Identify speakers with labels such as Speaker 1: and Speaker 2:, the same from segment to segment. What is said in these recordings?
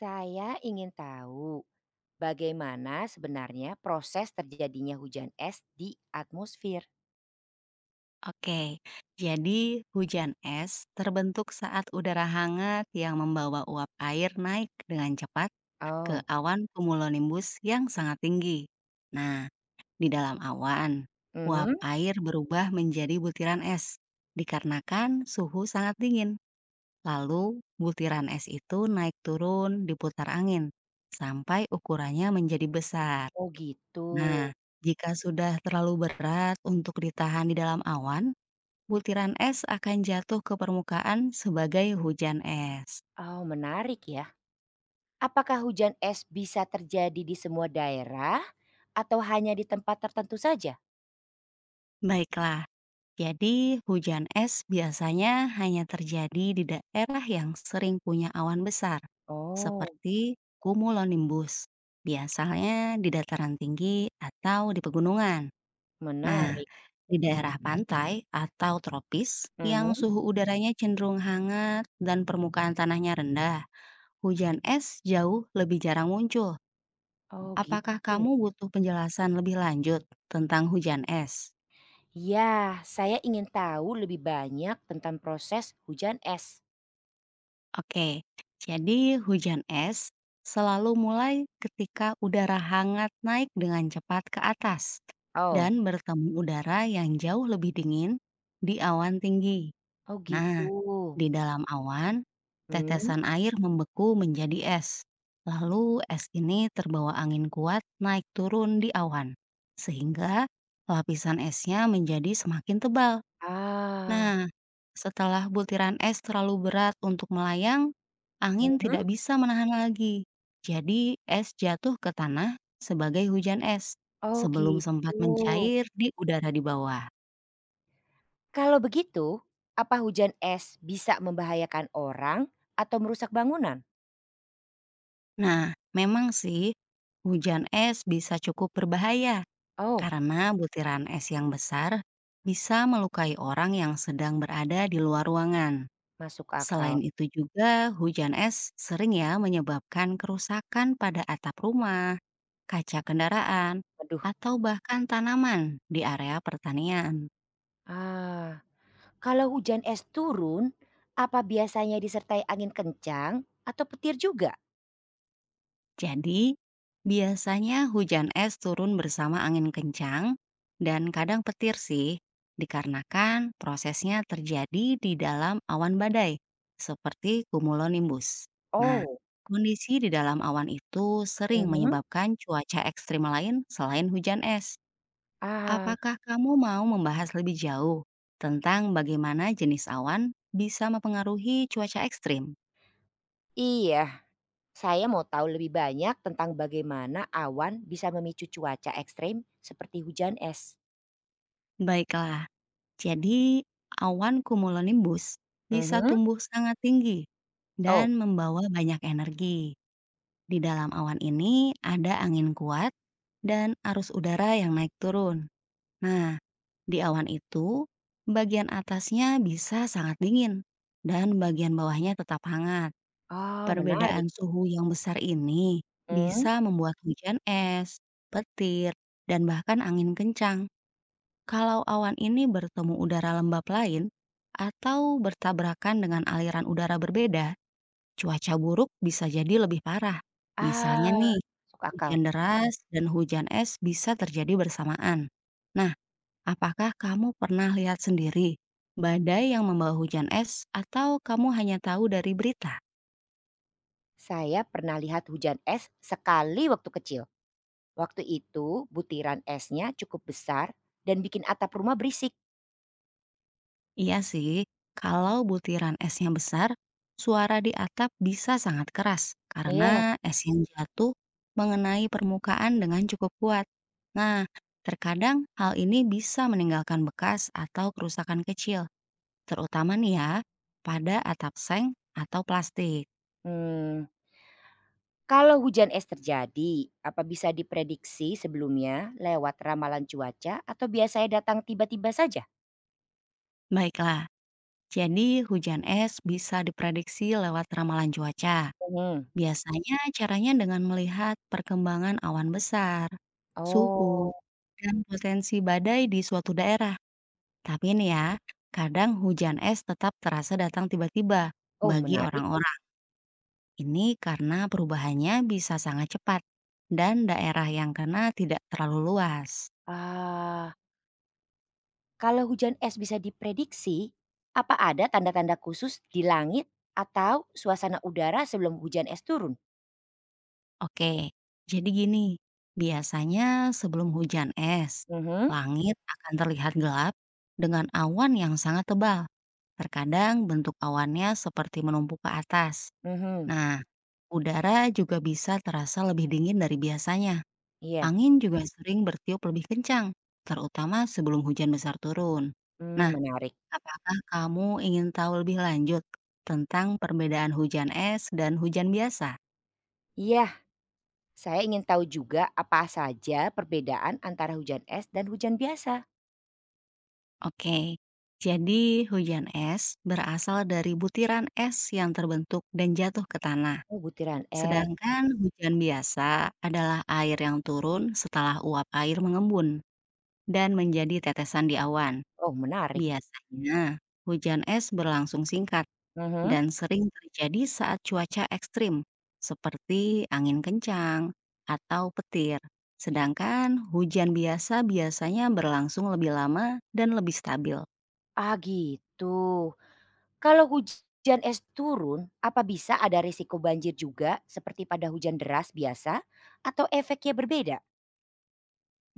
Speaker 1: Saya ingin tahu bagaimana sebenarnya proses terjadinya hujan es di atmosfer.
Speaker 2: Oke, jadi hujan es terbentuk saat udara hangat yang membawa uap air naik dengan cepat ke
Speaker 1: Oh,
Speaker 2: awan cumulonimbus yang sangat tinggi. Nah, di dalam awan, uap
Speaker 1: mhm.
Speaker 2: air berubah menjadi butiran es dikarenakan suhu sangat dingin. Lalu, butiran es itu naik turun diputar angin sampai ukurannya menjadi besar.
Speaker 1: Oh gitu.
Speaker 2: Nah, jika sudah terlalu berat untuk ditahan di dalam awan, butiran es akan jatuh ke permukaan sebagai hujan es.
Speaker 1: Oh menarik ya. Apakah hujan es bisa terjadi di semua daerah atau hanya di tempat tertentu saja?
Speaker 2: Baiklah, jadi hujan es biasanya hanya terjadi di daerah yang sering punya awan besar,
Speaker 1: Oh,
Speaker 2: seperti cumulonimbus, biasanya di dataran tinggi atau di pegunungan. Nah,
Speaker 1: menarik.
Speaker 2: di daerah pantai atau tropis yang
Speaker 1: Mhm.
Speaker 2: suhu udaranya cenderung hangat dan permukaan tanahnya rendah, hujan es jauh lebih jarang muncul.
Speaker 1: Oh gitu.
Speaker 2: Apakah kamu butuh penjelasan lebih lanjut tentang hujan es?
Speaker 1: Ya, saya ingin tahu lebih banyak tentang proses hujan es.
Speaker 2: Oke, jadi hujan es selalu mulai ketika udara hangat naik dengan cepat ke atas
Speaker 1: Oh,
Speaker 2: dan bertemu udara yang jauh lebih dingin di awan tinggi.
Speaker 1: oh gitu.
Speaker 2: Nah, di dalam awan,
Speaker 1: Hmm.
Speaker 2: tetesan air membeku menjadi es. Lalu es ini terbawa angin kuat naik turun di awan, sehingga lapisan esnya menjadi semakin tebal.
Speaker 1: Ah.
Speaker 2: Nah, setelah butiran es terlalu berat untuk melayang, angin tidak
Speaker 1: Mhm.
Speaker 2: bisa menahan lagi. Jadi, es jatuh ke tanah sebagai hujan es
Speaker 1: Oh
Speaker 2: sebelum sempat
Speaker 1: gitu.
Speaker 2: mencair di udara di bawah.
Speaker 1: Kalau begitu, apa hujan es bisa membahayakan orang atau merusak bangunan?
Speaker 2: Nah, memang sih, hujan es bisa cukup berbahaya
Speaker 1: Oh,
Speaker 2: karena butiran es yang besar bisa melukai orang yang sedang berada di luar ruangan.
Speaker 1: masuk akal.
Speaker 2: Selain itu juga, hujan es sering ya menyebabkan kerusakan pada atap rumah, kaca kendaraan,
Speaker 1: Aduh.
Speaker 2: atau bahkan tanaman di area pertanian.
Speaker 1: Ah, kalau hujan es turun, apa biasanya disertai angin kencang atau petir juga?
Speaker 2: Jadi, biasanya hujan es turun bersama angin kencang dan kadang petir sih, dikarenakan prosesnya terjadi di dalam awan badai, seperti cumulonimbus. Nah,
Speaker 1: Oh,
Speaker 2: kondisi di dalam awan itu sering
Speaker 1: mhm.
Speaker 2: menyebabkan cuaca ekstrim lain selain hujan es.
Speaker 1: Ah,
Speaker 2: Apakah kamu mau membahas lebih jauh tentang bagaimana jenis awan bisa mempengaruhi cuaca ekstrim?
Speaker 1: iya. Saya mau tahu lebih banyak tentang bagaimana awan bisa memicu cuaca ekstrim seperti hujan es.
Speaker 2: Baiklah, jadi awan cumulonimbus bisa
Speaker 1: Mhm.
Speaker 2: tumbuh sangat tinggi
Speaker 1: Oh,
Speaker 2: dan membawa banyak energi. Di dalam awan ini ada angin kuat dan arus udara yang naik turun. Nah, di awan itu, bagian atasnya bisa sangat dingin dan bagian bawahnya tetap hangat.
Speaker 1: ah,
Speaker 2: Perbedaan
Speaker 1: menarik.
Speaker 2: suhu yang besar ini
Speaker 1: Hmm.
Speaker 2: bisa membuat hujan es, petir, dan bahkan angin kencang kalau awan ini bertemu udara lembab lain atau bertabrakan dengan aliran udara berbeda, cuaca buruk bisa jadi lebih parah.
Speaker 1: Ah,
Speaker 2: Misalnya nih,
Speaker 1: masuk akal.
Speaker 2: hujan deras dan hujan es bisa terjadi bersamaan. Nah, apakah kamu pernah lihat sendiri badai yang membawa hujan es atau kamu hanya tahu dari berita?
Speaker 1: Saya pernah lihat hujan es sekali waktu kecil. Waktu itu butiran esnya cukup besar dan bikin atap rumah berisik.
Speaker 2: Iya sih, kalau butiran esnya besar, suara di atap bisa sangat keras
Speaker 1: Iya.
Speaker 2: karena es yang jatuh mengenai permukaan dengan cukup kuat. Nah, terkadang hal ini bisa meninggalkan bekas atau kerusakan kecil, terutama nih ya, pada atap seng atau plastik.
Speaker 1: Hmm. Kalau hujan es terjadi, apa bisa diprediksi sebelumnya lewat ramalan cuaca atau biasanya datang tiba-tiba saja?
Speaker 2: Baiklah, jadi hujan es bisa diprediksi lewat ramalan cuaca.
Speaker 1: Hmm.
Speaker 2: Biasanya caranya dengan melihat perkembangan awan besar, suhu,
Speaker 1: Oh,
Speaker 2: dan potensi badai di suatu daerah. Tapi ini ya, kadang hujan es tetap terasa datang tiba-tiba
Speaker 1: oh
Speaker 2: bagi
Speaker 1: menarik.
Speaker 2: orang-orang. Ini karena perubahannya bisa sangat cepat dan daerah yang kena tidak terlalu luas.
Speaker 1: Ah, kalau hujan es bisa diprediksi, apa ada tanda-tanda khusus di langit atau suasana udara sebelum hujan es turun?
Speaker 2: Oke, jadi gini, biasanya sebelum hujan es,
Speaker 1: Mhm.
Speaker 2: langit akan terlihat gelap dengan awan yang sangat tebal. Terkadang bentuk awannya seperti menumpuk ke atas.
Speaker 1: Mhm.
Speaker 2: Nah, udara juga bisa terasa lebih dingin dari biasanya.
Speaker 1: Iya,
Speaker 2: Angin juga sering bertiup lebih kencang, terutama sebelum hujan besar turun. Nah,
Speaker 1: menarik.
Speaker 2: apakah kamu ingin tahu lebih lanjut tentang perbedaan hujan es dan hujan biasa?
Speaker 1: Iya, saya ingin tahu juga apa saja perbedaan antara hujan es dan hujan biasa?
Speaker 2: Oke, jadi hujan es berasal dari butiran es yang terbentuk dan jatuh ke tanah.
Speaker 1: Oh, butiran es.
Speaker 2: Sedangkan hujan biasa adalah air yang turun setelah uap air mengembun dan menjadi tetesan di awan.
Speaker 1: Oh, menarik.
Speaker 2: Biasanya, hujan es berlangsung singkat
Speaker 1: Mhm.
Speaker 2: dan sering terjadi saat cuaca ekstrim, seperti angin kencang atau petir. Sedangkan hujan biasa biasanya berlangsung lebih lama dan lebih stabil.
Speaker 1: Ah, gitu. Kalau hujan es turun, apa bisa ada risiko banjir juga seperti pada hujan deras biasa atau efeknya berbeda?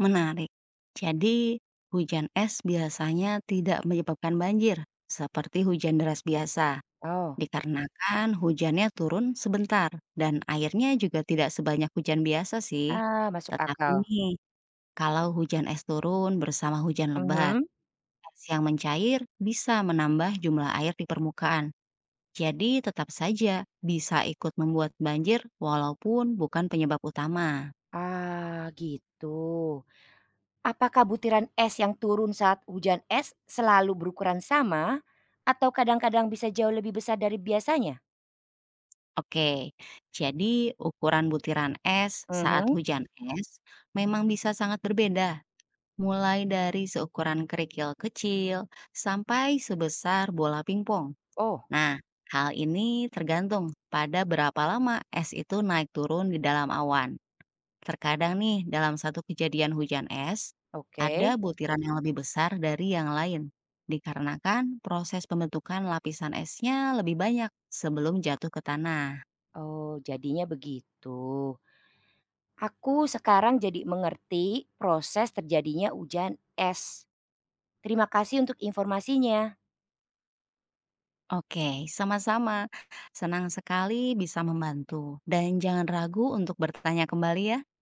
Speaker 2: Menarik. Jadi, hujan es biasanya tidak menyebabkan banjir, seperti hujan deras biasa.
Speaker 1: Oh,
Speaker 2: Dikarenakan hujannya turun sebentar dan airnya juga tidak sebanyak hujan biasa sih.
Speaker 1: ah, masuk
Speaker 2: Tetapi
Speaker 1: akal.
Speaker 2: nih, kalau hujan es turun bersama hujan lebat,
Speaker 1: Mhm.
Speaker 2: es yang mencair bisa menambah jumlah air di permukaan. Jadi tetap saja bisa ikut membuat banjir walaupun bukan penyebab utama.
Speaker 1: Ah, gitu. Apakah butiran es yang turun saat hujan es selalu berukuran sama atau kadang-kadang bisa jauh lebih besar dari biasanya?
Speaker 2: Oke, jadi ukuran butiran es saat
Speaker 1: Mhm.
Speaker 2: hujan es memang bisa sangat berbeda mulai dari seukuran kerikil kecil sampai sebesar bola pingpong.
Speaker 1: Oh,
Speaker 2: Nah, hal ini tergantung pada berapa lama es itu naik turun di dalam awan. Terkadang nih, dalam satu kejadian hujan es, ada
Speaker 1: oke.
Speaker 2: butiran yang lebih besar dari yang lain. Dikarenakan proses pembentukan lapisan esnya lebih banyak sebelum jatuh ke tanah.
Speaker 1: Oh, jadinya begitu. Aku sekarang jadi mengerti proses terjadinya hujan es. Terima kasih untuk informasinya.
Speaker 2: Oke, sama-sama. Senang sekali bisa membantu. Dan jangan ragu untuk bertanya kembali ya.